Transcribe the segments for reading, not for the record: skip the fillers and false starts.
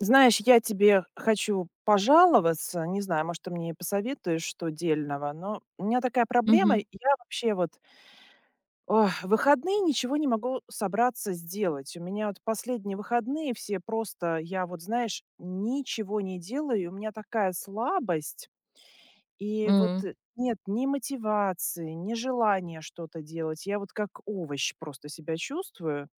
Знаешь, я тебе хочу пожаловаться. Не знаю, может, ты мне и посоветуешь что дельного, но у меня такая проблема. Я Мгм. вообще вот ох, в выходные ничего не могу собраться сделать. У меня вот последние выходные все просто, я вот, знаешь, ничего не делаю, и у меня такая слабость. И вот М. Нет ни мотивации, ни желания что-то делать. Я вот как овощ просто себя чувствую.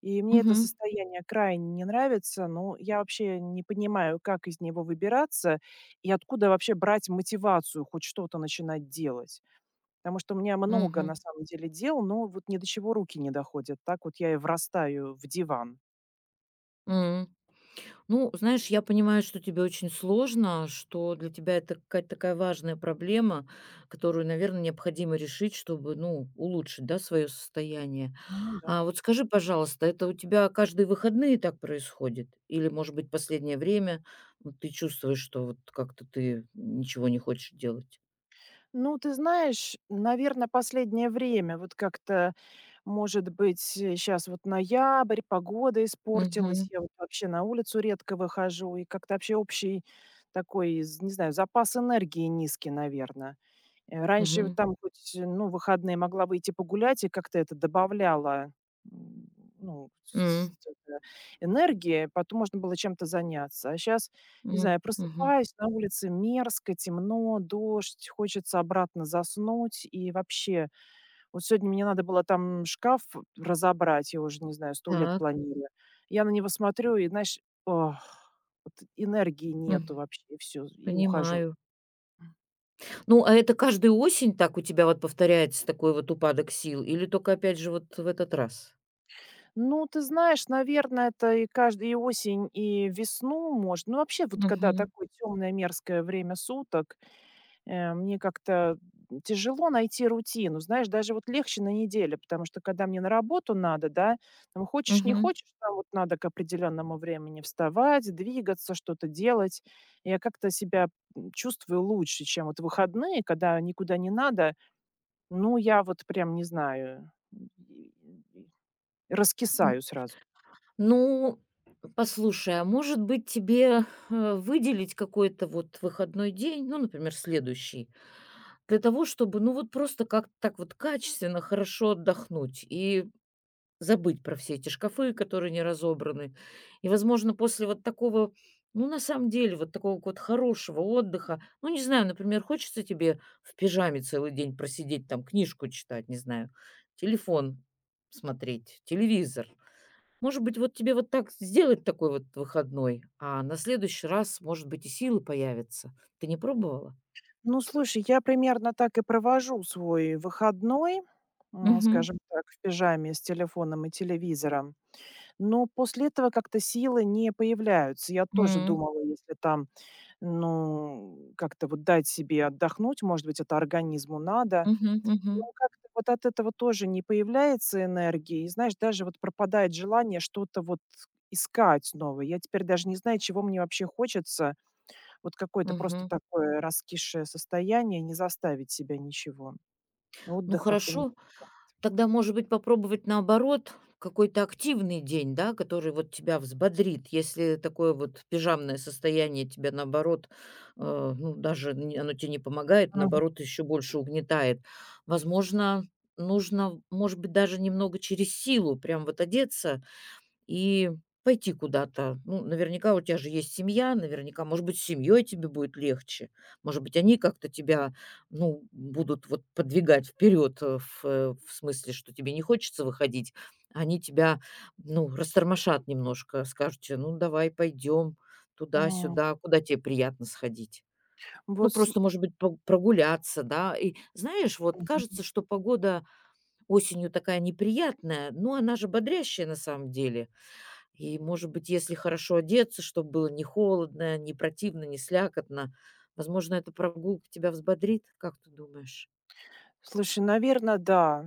И мне это Мгм. состояние крайне не нравится. Ну, я вообще не понимаю, как из него выбираться и откуда вообще брать мотивацию хоть что-то начинать делать. Потому что у меня много на Мгм. самом деле дел, но вот ни до чего руки не доходят. Так вот я и врастаю в диван. М. Ну, знаешь, я понимаю, что тебе очень сложно, что для тебя это какая-то такая важная проблема, которую, наверное необходимо решить, чтобы, ну, улучшить, да, свое состояние. Ну да. А вот скажи, пожалуйста, это у тебя каждые выходные так происходит? Или, может быть, последнее время, вот, ты чувствуешь, что вот как-то ты ничего не хочешь делать? Ну, ты знаешь, наверное, последнее время вот как-то, может быть, сейчас вот ноябрь, погода испортилась, Мгм. я вот вообще на улицу редко выхожу, и как-то вообще общий такой, з не знаю, запас энергии низкий, наверное. Раньше вот Мгм. там хоть, ну, в выходные могла выйти погулять, и как-то это добавляло, м, ну, с М. с это энергии, потом можно было чем-то заняться. А сейчас не М. знаю, Мгм. просыпаюсь, на улице мерзко, темно, дождь, хочется обратно заснуть. И вообще, вот сегодня мне надо было там шкаф разобрать, я уже, не знаю, сто лет Так. планирую. Я на него смотрю и, знаешь, ох, вот энергии нету Мгм. вообще, и всё, и ухожу. Понимаю. Ну, а это каждую осень так у тебя вот повторяется такой вот упадок сил или только опять же вот в этот раз? Ну, ты знаешь, наверное, это и каждый и осень, и весну может. Ну, вообще, вот когда Мгм. такое темное мерзкое время суток, мне как-то тяжело найти рутину. Знаешь, даже вот легче на неделе, потому что когда мне на работу надо, да, там хочешь не Мгм. хочешь, там вот надо к определенному времени вставать, двигаться, что-то делать. Я как-то себя чувствую лучше, чем вот выходные, когда никуда не надо. Ну, я вот прям не знаю, и М, раскисаю сразу. ну, послушай, а может быть тебе, выделить какой-то вот выходной день, ну, например, следующий, для того, чтобы, ну, вот просто как-то так вот качественно, хорошо отдохнуть и забыть про все эти шкафы, которые не разобраны. И, возможно, после вот такого, ну, на самом деле, вот такого вот хорошего отдыха, ну, не знаю, например, хочется тебе в пижаме целый день просидеть, там, книжку читать, не знаю, телефон смотреть, телевизор. Может быть, вот тебе вот так сделать такой вот выходной, а на следующий раз, может быть, и силы появятся. Ты не пробовала? Ну, слушай, я примерно так и провожу свой выходной, Мгм. скажем так, в пижаме с телефоном и телевизором. Но после этого как-то силы не появляются. Я тоже М. думала, если там, ну, как-то вот дать себе отдохнуть, может быть, это организму надо. Мгм мгм Но как-то вот от этого тоже не появляется энергии. И знаешь, даже вот пропадает желание что-то вот искать новое. Я теперь даже не знаю, чего мне вообще хочется. Вот какое-то просто мгм. такое раскисшее состояние, не заставить себя ничего. Ну, Отдых как-то не... хорошо. Тогда, может быть, попробовать наоборот какой-то активный день, да, который вот тебя взбодрит. Если такое вот пижамное состояние тебя наоборот, ну, даже оно тебе не помогает, Мгм. наоборот, еще больше угнетает. Возможно, нужно, может быть, даже немного через силу прям вот одеться и пойти куда-то. Ну, наверняка у тебя же есть семья, наверняка, может быть, с семьей тебе будет легче. Может быть, они как-то тебя, ну, будут вот подвигать вперед, в смысле, что тебе не хочется выходить. Они тебя, ну, растормошат немножко, скажут тебе: "Ну, давай пойдем М. туда-сюда, куда тебе приятно сходить". Ну, Вот, просто, может быть, по прогуляться, да. И знаешь, вот кажется, что погода осенью такая неприятная, но она же бодрящая на самом деле. И, может быть, если хорошо одеться, чтобы было не холодно, не противно, не слякотно, возможно, эта прогулка тебя взбодрит, как ты думаешь? слушай, наверное, да.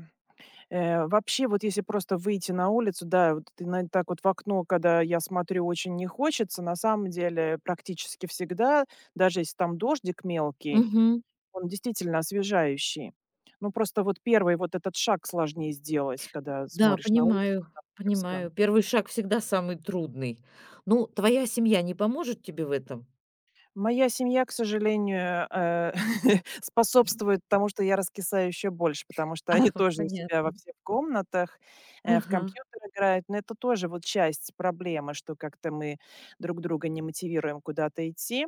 Вообще, вот если просто выйти на улицу, да, вот ты на так вот в окно, когда я смотрю, очень не хочется. На самом деле, практически всегда, даже если там дождик мелкий, Мгм. он действительно освежающий. Ну, просто вот первый вот этот шаг сложнее сделать, когда Да, смотришь на улицу, понимаю, там мерзко. понимаю. Первый шаг всегда самый трудный. Ну, твоя семья не поможет тебе в этом? Моя семья, к сожалению, способствует тому, что я раскисаю еще больше, потому А, что они тоже у себя во понятно. всех комнатах, в Ага. компьютер играют. Но это тоже вот часть проблемы, что как-то мы друг друга не мотивируем куда-то идти.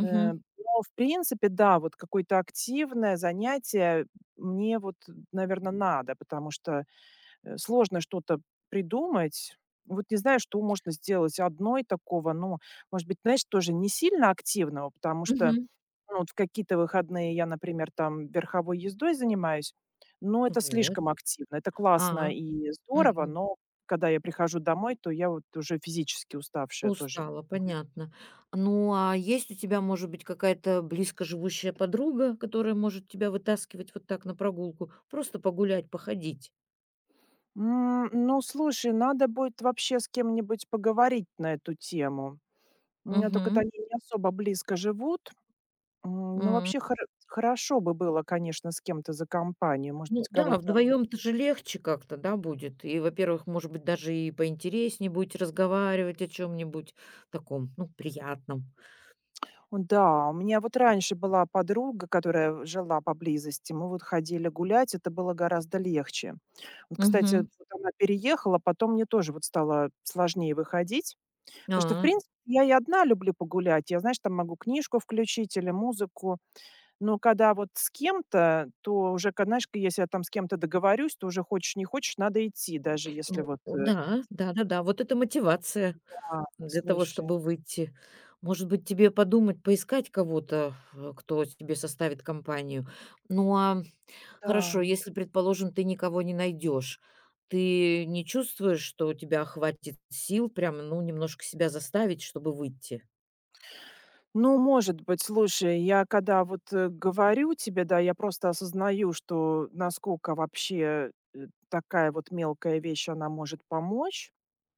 Но, в принципе, да, вот какое-то активное занятие мне вот, наверное, надо, потому что сложно что-то придумать. Вот не знаю, что можно сделать одной такого, ну, может быть, знаешь, тоже не сильно активного, потому что, Мгм. ну, вот в какие-то выходные я, например, там верховой ездой занимаюсь, но это Вот. слишком активно. Это А. классно и здорово, Мгм. но когда я прихожу домой, то я вот уже физически уставшая тоже. Устала, понятно. Ну, а есть у тебя, может быть, какая-то близко живущая подруга, которая может тебя вытаскивать вот так на прогулку? Просто погулять, походить. Ну, слушай, надо будет вообще с кем-нибудь поговорить на эту тему. У меня только вот Мгм. они не особо близко живут. Ну, М. вообще хорошо бы было, конечно, с кем-то за компанию. Может Ну быть, да, кого-то. вдвоем-то же легче как-то, да, будет. И, во-первых, может быть, даже и поинтереснее будете разговаривать о чем-нибудь таком, ну, приятном. Да, у меня вот раньше была подруга, которая жила поблизости. Мы вот ходили гулять, это было гораздо легче. Вот, кстати, вот Мгм. она переехала, потом мне тоже вот стало сложнее выходить. Потому что, в А, принципе, я и одна люблю погулять. Я, знаешь, там могу книжку включить или музыку. Но когда вот с кем-то, то уже, ка знаешь, если я там с кем-то договорюсь, то уже хочешь не хочешь, надо идти, даже если ну вот. Да, да-да-да, вот это мотивация. Да, Для того, слушай. чтобы выйти. Может быть, тебе подумать, поискать кого-то, кто тебе составит компанию. Ну, а Да. хорошо, если, предположим, ты никого не найдешь, ты не чувствуешь, что у тебя хватит сил прям, ну, немножко себя заставить, чтобы выйти? Ну, может быть, слушай, я когда вот говорю тебе, да, я просто осознаю, что насколько вообще такая вот мелкая вещь, она может помочь.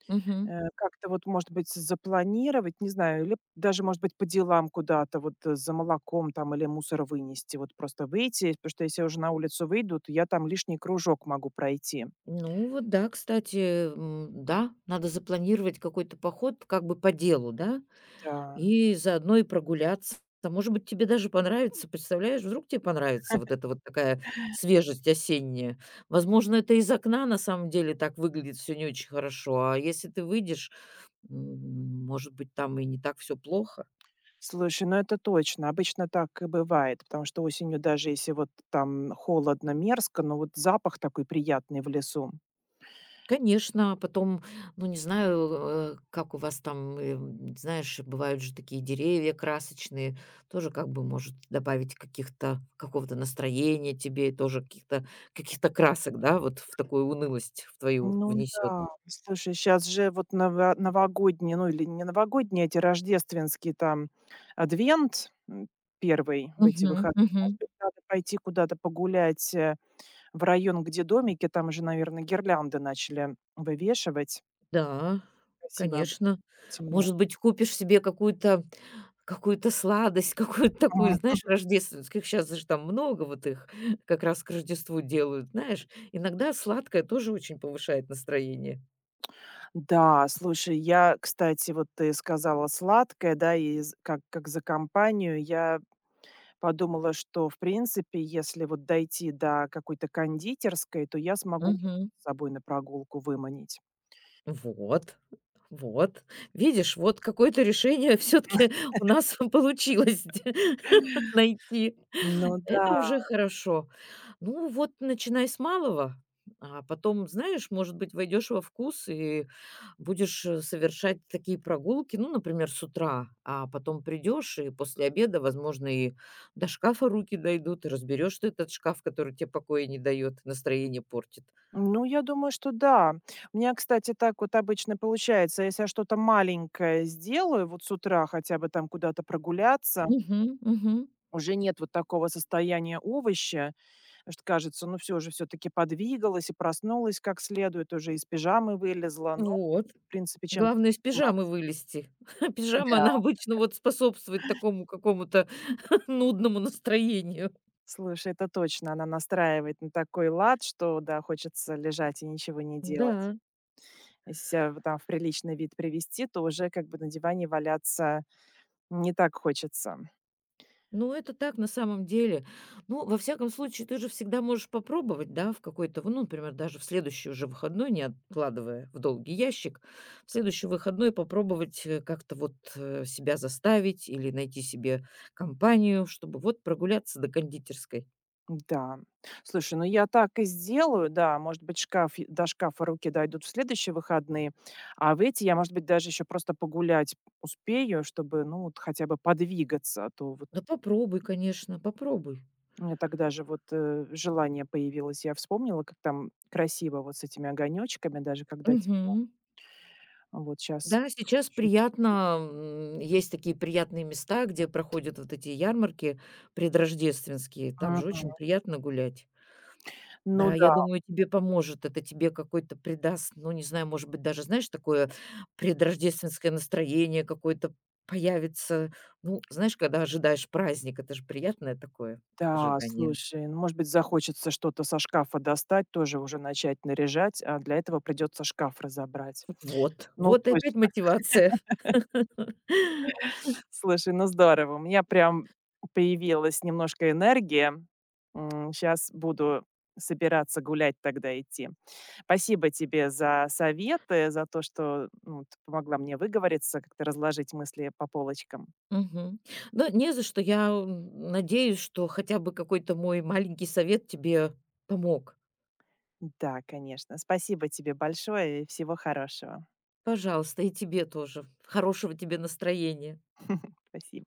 Мгм. Как-то вот, может быть, запланировать, не знаю, или даже, может быть, по делам куда-то, вот за молоком там или мусор вынести, вот просто выйти, потому что если я уже на улицу выйду, то я там лишний кружок могу пройти. Ну вот да, кстати, м, да, надо запланировать какой-то поход как бы по делу, да? Да. И заодно и прогуляться. А может быть, тебе даже понравится. Представляешь, вдруг тебе понравится вот эта вот такая свежесть осенняя. Возможно, это из окна на самом деле так выглядит всё не очень хорошо, а если ты выйдешь, м, может быть, там и не так все плохо. Слушай, ну это точно. Обычно так и бывает, потому что осенью, даже если вот там холодно, мерзко, но вот запах такой приятный в лесу. Конечно, потом, ну, не знаю, как у вас там, знаешь, бывают же такие деревья красочные, тоже как бы может добавить каких-то какого-то настроения тебе, и тоже каких-то каких-то красок, да, вот в такую унылость в твою Ну внесет. да, слушай, сейчас же вот новогодние, ну или не новогодние, эти рождественские там адвент, первый в эти Мгм, выходные. Может мгм. быть, надо пойти куда-то погулять, в район, где домики, там же, наверное, гирлянды начали вывешивать. Да, Красиво, об конечно. темно. Может быть, купишь себе какую-то какую-то сладость, какую-то такую, Мгм. знаешь, рождественских. Сейчас же там много вот их как раз к Рождеству делают, знаешь. Иногда сладкое тоже очень повышает настроение. Да, слушай, я, кстати, вот ты сказала сладкое, да, и з как за компанию. Я подумала, что, в принципе, если вот дойти до какой-то кондитерской, то я смогу Мгм. с собой на прогулку выманить. Вот, вот. Видишь, вот какое-то решение все таки у нас получилось найти. Ну да. Это уже хорошо. Ну вот начинай с малого, а потом, знаешь, может быть, войдешь во вкус и будешь, совершать такие прогулки, ну, например, с утра, а потом придешь и после обеда, возможно, и до шкафа руки дойдут, и разберешь, ты этот шкаф, который тебе покоя не дает, настроение портит. Ну, я думаю, что да. У меня, кстати, так вот обычно получается, если я что-то маленькое сделаю вот с утра, хотя бы там куда-то прогуляться, Мгм, мгм. уже нет вот такого состояния овоща. Потому что кажется, ну все же, все таки подвигалась и проснулась как следует, уже из пижамы вылезла, но, Вот. в принципе, чем-то Главное из пижамы заниматься. вылезти. Пижама, Да. она обычно вот способствует такому какому-то нудному настроению. Слушай, это точно, она настраивает на такой лад, что, да, хочется лежать и ничего не делать. Да, Если себя в там в приличный вид привести, то уже как бы на диване валяться не так хочется. ну это так на самом деле. Ну, во всяком случае, ты же всегда можешь попробовать, да, в какой-то, ну, например, даже в следующий уже выходной, не откладывая в долгий ящик, в следующий выходной попробовать как-то вот себя заставить или найти себе компанию, чтобы вот прогуляться до кондитерской. Да. Слушай, ну я так и сделаю, да. Может быть, шкаф, до шкафа руки дойдут в следующие выходные, а в эти я, может быть, даже еще просто погулять успею, чтобы, ну, вот хотя бы подвигаться, а то вот Да попробуй, конечно, попробуй. у меня тогда же вот желание появилось. Я вспомнила, как там красиво вот с этими огонечками, даже когда Мгм. вот сейчас. Да, сейчас приятно, м, есть такие приятные места, где проходят вот эти ярмарки предрождественские. Там же очень приятно гулять. Ну Да, я да, думаю, тебе поможет. Это тебе какой-то придаст, ну, не знаю, может быть, даже, знаешь, такое предрождественское настроение какое-то появится. Ну, знаешь, когда ожидаешь праздник, это же приятное такое да, ожидание. слушай, ну, может быть, захочется что-то со шкафа достать, тоже уже начать наряжать, а для этого придется шкаф разобрать. Вот, Ну, вот и опять точно. мотивация. Слушай, ну здорово. У меня прям появилась немножко энергия. Сейчас буду собираться гулять тогда идти. Спасибо тебе за советы, за то, что, ну, ты помогла мне выговориться, как-то разложить мысли по полочкам. Мгм. Да, не за что. Я, м, надеюсь, что хотя бы какой-то мой маленький совет тебе помог. Да, конечно. Спасибо тебе большое и всего хорошего. Пожалуйста, и тебе тоже. Хорошего тебе настроения. Спасибо.